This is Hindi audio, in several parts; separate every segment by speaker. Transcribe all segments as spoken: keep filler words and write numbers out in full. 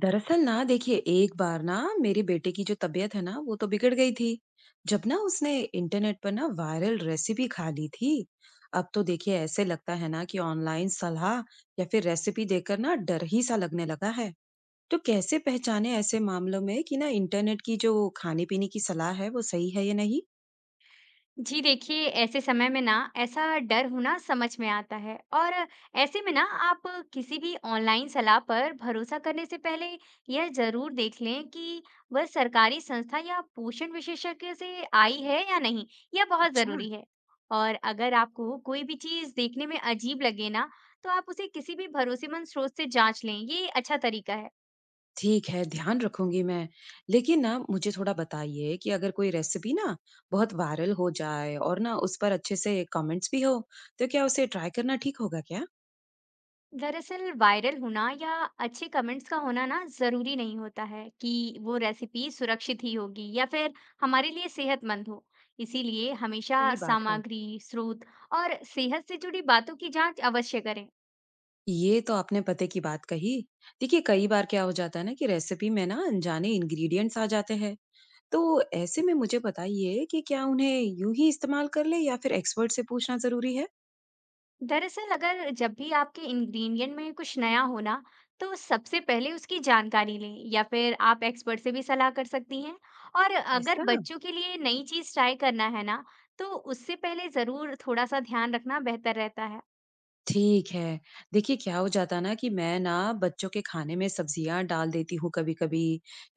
Speaker 1: दरअसल ना देखिए एक बार ना मेरी बेटे की जो तबीयत है ना वो तो बिगड़ गई थी। जब ना उसने इंटरनेट पर ना वायरल रेसिपी खा ली थी। अब तो देखिए ऐसे लगता है ना कि ऑनलाइन सलाह या फिर रेसिपी देखकर ना डर ही सा लगने लगा है। तो कैसे पहचाने ऐसे मामलों में कि ना इंटरनेट की जो खाने पीने की सलाह है वो सही है या नहीं।
Speaker 2: जी देखिए, ऐसे समय में ना ऐसा डर होना समझ में आता है। और ऐसे में ना आप किसी भी ऑनलाइन सलाह पर भरोसा करने से पहले यह ज़रूर देख लें कि वह सरकारी संस्था या पोषण विशेषज्ञ से आई है या नहीं, यह बहुत
Speaker 1: अच्छा।
Speaker 2: ज़रूरी है। और अगर आपको कोई भी चीज़ देखने में अजीब लगे ना, तो आप उसे किसी भी भरोसेमंद स्रोत से जांच लें, ये अच्छा तरीका है।
Speaker 1: ठीक है, ध्यान रखूँगी मैं। लेकिन ना मुझे थोड़ा बताइए कि अगर कोई रेसिपी ना बहुत वायरल हो जाए और ना उस पर अच्छे से कमेंट्स भी हो, तो क्या उसे ट्राई करना ठीक होगा क्या?
Speaker 2: दरअसल वायरल होना या अच्छे कमेंट्स का होना ना जरूरी नहीं होता है कि वो रेसिपी सुरक्षित ही होगी या फिर हमारे लिए सेहतमंद हो। इसीलिए हमेशा
Speaker 1: सही बात है।
Speaker 2: सामग्री स्रोत और सेहत से जुड़ी बातों की जांच अवश्य करें।
Speaker 1: ये तो आपने पते की बात कही। देखिए, कई बार क्या हो जाता है ना कि रेसिपी में ना अनजाने इंग्रीडिएंट्स आ जाते हैं। तो ऐसे में मुझे बताइए कि क्या उन्हें यूँ ही इस्तेमाल कर लें या फिर एक्सपर्ट से पूछना ज़रूरी है?
Speaker 2: दरअसल अगर जब भी आपके इंग्रेडिएंट में कुछ नया हो ना, तो सबसे पहले उसकी जानकारी लें या फिर आप एक्सपर्ट से भी सलाह कर सकती हैं। और अगर
Speaker 1: ऐसा?
Speaker 2: बच्चों के लिए नई चीज ट्राई करना है ना, तो उससे पहले जरूर थोड़ा सा ध्यान रखना बेहतर रहता है।
Speaker 1: ठीक है। देखिए क्या हो जाता है ना कि मैं ना बच्चों के खाने में सब्जियाँ डाल देती हूँ कभी-कभी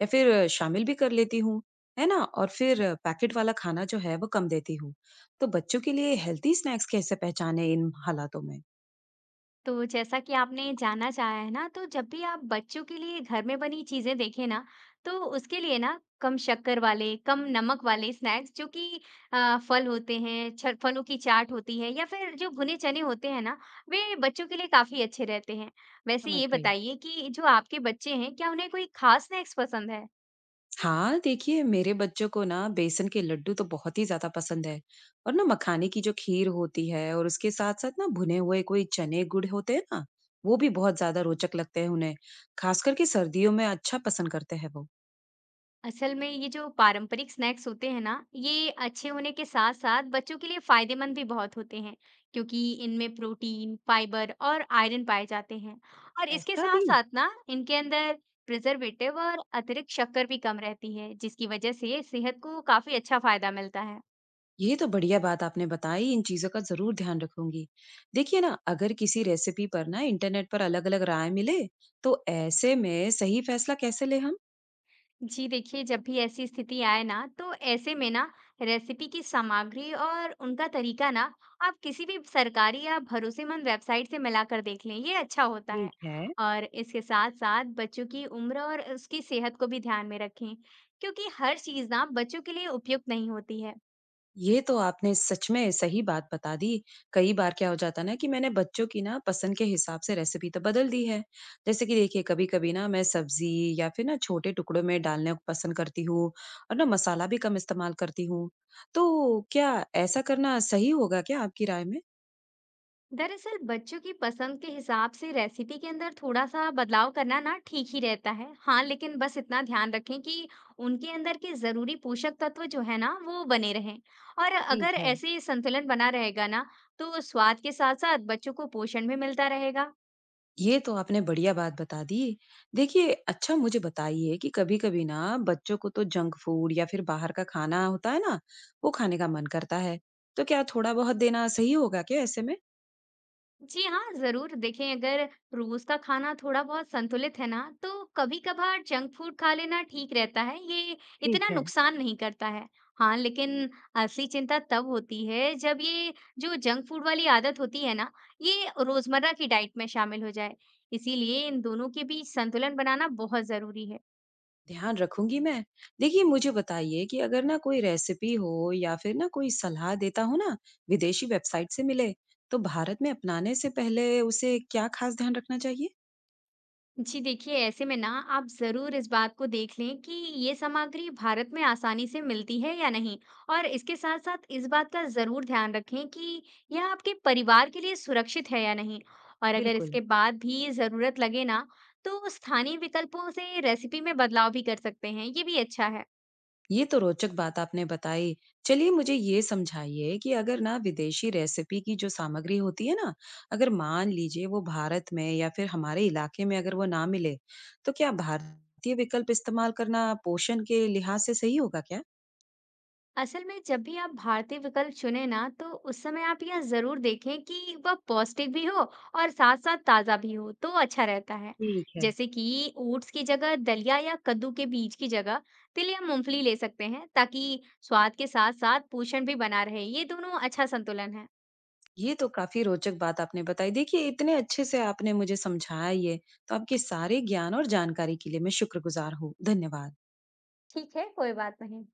Speaker 1: या फिर शामिल भी कर लेती हूँ, है ना? और फिर पैकेट वाला खाना जो है वो कम देती हूँ। तो बच्चों के लिए हेल्दी स्नैक्स कैसे पहचानें इन हालातों में?
Speaker 2: तो जैसा कि आपने जानना चाहा है ना, तो जब भी आप बच्चों के लिए घर में बनी चीज़ें देखें ना, तो उसके लिए ना कम शक्कर वाले, कम नमक वाले स्नैक्स जो कि अ, फल होते हैं, छ फलों की चाट होती है या फिर जो भुने चने होते हैं ना, वे बच्चों के लिए काफ़ी अच्छे रहते हैं। वैसे
Speaker 1: समझ
Speaker 2: ये
Speaker 1: गई।
Speaker 2: बताइए कि जो आपके बच्चे हैं, क्या उन्हें कोई खास स्नैक्स पसंद है?
Speaker 1: हाँ, देखिए मेरे बच्चों को ना बेसन के लड्डू तो बहुत ही ज़्यादा पसंद है। और ना मखाने की जो खीर होती है और उसके साथ-साथ ना भुने हुए कोई चने गुड़ होते हैं ना, वो भी बहुत ज़्यादा रोचक लगते हैं उन्हें। खास करके सर्दियों में अच्छा पसंद करते हैं वो।
Speaker 2: असल में ये जो पारंपरिक स्नैक्स होते हैं ना, ये अच्छे होने के साथ साथ बच्चों के लिए फायदेमंद भी बहुत होते हैं, क्योंकि इनमें प्रोटीन फाइबर और आयरन पाए जाते हैं। और इसके
Speaker 1: ऐसा
Speaker 2: साथ
Speaker 1: भी?
Speaker 2: साथ ना इनके अंदर प्रिजर्वेटिव और अतिरिक्त शक्कर भी कम रहती है जिसकी वजह से सेहत को काफी अच्छा फायदा मिलता है।
Speaker 1: ये तो बढ़िया बात आपने बताई, इन चीजों का जरूर ध्यान रखूंगी। देखिए ना, अगर किसी रेसिपी पर ना इंटरनेट पर अलग अलग राय मिले, तो ऐसे में सही फैसला कैसे ले हम?
Speaker 2: जी देखिए जब भी ऐसी स्थिति आए ना, तो ऐसे में ना रेसिपी की सामग्री और उनका तरीका ना आप किसी भी सरकारी या भरोसेमंद वेबसाइट से मिलाकर देख लें, ये अच्छा होता है।
Speaker 1: ठीक है।
Speaker 2: और इसके साथ साथ बच्चों की उम्र और उसकी सेहत को भी ध्यान में रखें, क्योंकि हर चीज़ ना बच्चों के लिए उपयुक्त नहीं होती है।
Speaker 1: ये तो आपने सच में सही बात बता दी। कई बार क्या हो जाता है ना कि मैंने बच्चों की ना पसंद के हिसाब से रेसिपी तो बदल दी है। जैसे कि देखिए कभी कभी ना मैं सब्जी या फिर ना छोटे टुकड़ों में डालने को पसंद करती हूँ, और ना मसाला भी कम इस्तेमाल करती हूँ। तो क्या ऐसा करना सही होगा क्या आपकी राय में?
Speaker 2: दरअसल बच्चों की पसंद के हिसाब से रेसिपी के अंदर थोड़ा सा बदलाव करना ना ठीक ही रहता है। हाँ, लेकिन बस इतना ध्यान रखें कि उनके अंदर के जरूरी पोषक तत्व जो है ना वो बने रहें। और
Speaker 1: ठीक
Speaker 2: अगर
Speaker 1: है।
Speaker 2: ऐसे संतुलन बना रहेगा ना, तो स्वाद के साथ साथ बच्चों को पोषण भी मिलता रहेगा।
Speaker 1: ये तो आपने बढ़िया बात बता दी। देखिए अच्छा मुझे बताइए कि कभी कभी ना बच्चों को तो जंक फूड या फिर बाहर का खाना होता है ना, वो खाने का मन करता है। तो क्या थोड़ा बहुत देना सही होगा क्या ऐसे में?
Speaker 2: जी हाँ, ज़रूर देखें। अगर रोज़ का खाना थोड़ा बहुत संतुलित है ना, तो कभी-कभार जंक फूड खा लेना ठीक रहता है, ये
Speaker 1: ठीक
Speaker 2: इतना
Speaker 1: है,
Speaker 2: नुकसान नहीं करता है। हाँ, लेकिन असली चिंता तब होती है जब ये जो जंक फूड वाली आदत होती है ना, ये रोज़मर्रा की डाइट में शामिल हो जाए। इसीलिए इन दोनों के बीच संतुलन बनाना बहुत ज़रूरी है।
Speaker 1: ध्यान रखूंगी मैं। देखिए मुझे बताइए कि अगर ना कोई रेसिपी हो या फिर ना कोई सलाह देता हो ना, विदेशी वेबसाइट से मिले, तो भारत में अपनाने से पहले उसे क्या खास ध्यान रखना चाहिए?
Speaker 2: जी देखिए ऐसे में ना आप ज़रूर इस बात को देख लें कि ये सामग्री भारत में आसानी से मिलती है या नहीं। और इसके साथ साथ इस बात का ज़रूर ध्यान रखें कि यह आपके परिवार के लिए सुरक्षित है या नहीं। और अगर
Speaker 1: बिल्कुल।
Speaker 2: इसके बाद भी ज़रूरत लगे ना, तो स्थानीय विकल्पों से रेसिपी में बदलाव भी कर सकते हैं, ये भी अच्छा है।
Speaker 1: ये तो रोचक बात आपने बताई। चलिए मुझे ये समझाइए कि अगर ना विदेशी रेसिपी की जो सामग्री होती है ना, अगर मान लीजिए वो भारत में या फिर हमारे इलाके में अगर वो ना मिले, तो क्या भारतीय विकल्प इस्तेमाल करना पोषण के लिहाज से सही होगा क्या?
Speaker 2: असल में जब भी आप भारतीय विकल्प चुने ना, तो उस समय आप यह जरूर देखें कि वह पौष्टिक भी हो और साथ साथ ताजा भी हो, तो अच्छा रहता है।
Speaker 1: ठीक है।
Speaker 2: जैसे कि ओट्स की जगह दलिया या कद्दू के बीज की जगह तिल या मूंगफली ले सकते हैं ताकि स्वाद के साथ साथ पोषण भी बना रहे, ये दोनों अच्छा संतुलन है।
Speaker 1: ये तो काफी रोचक बात आपने बताई। देखिए इतने अच्छे से आपने मुझे समझाया ये, तो आपके सारे ज्ञान और जानकारी के लिए मैं शुक्रगुजार हूँ। धन्यवाद।
Speaker 2: ठीक है कोई बात नहीं।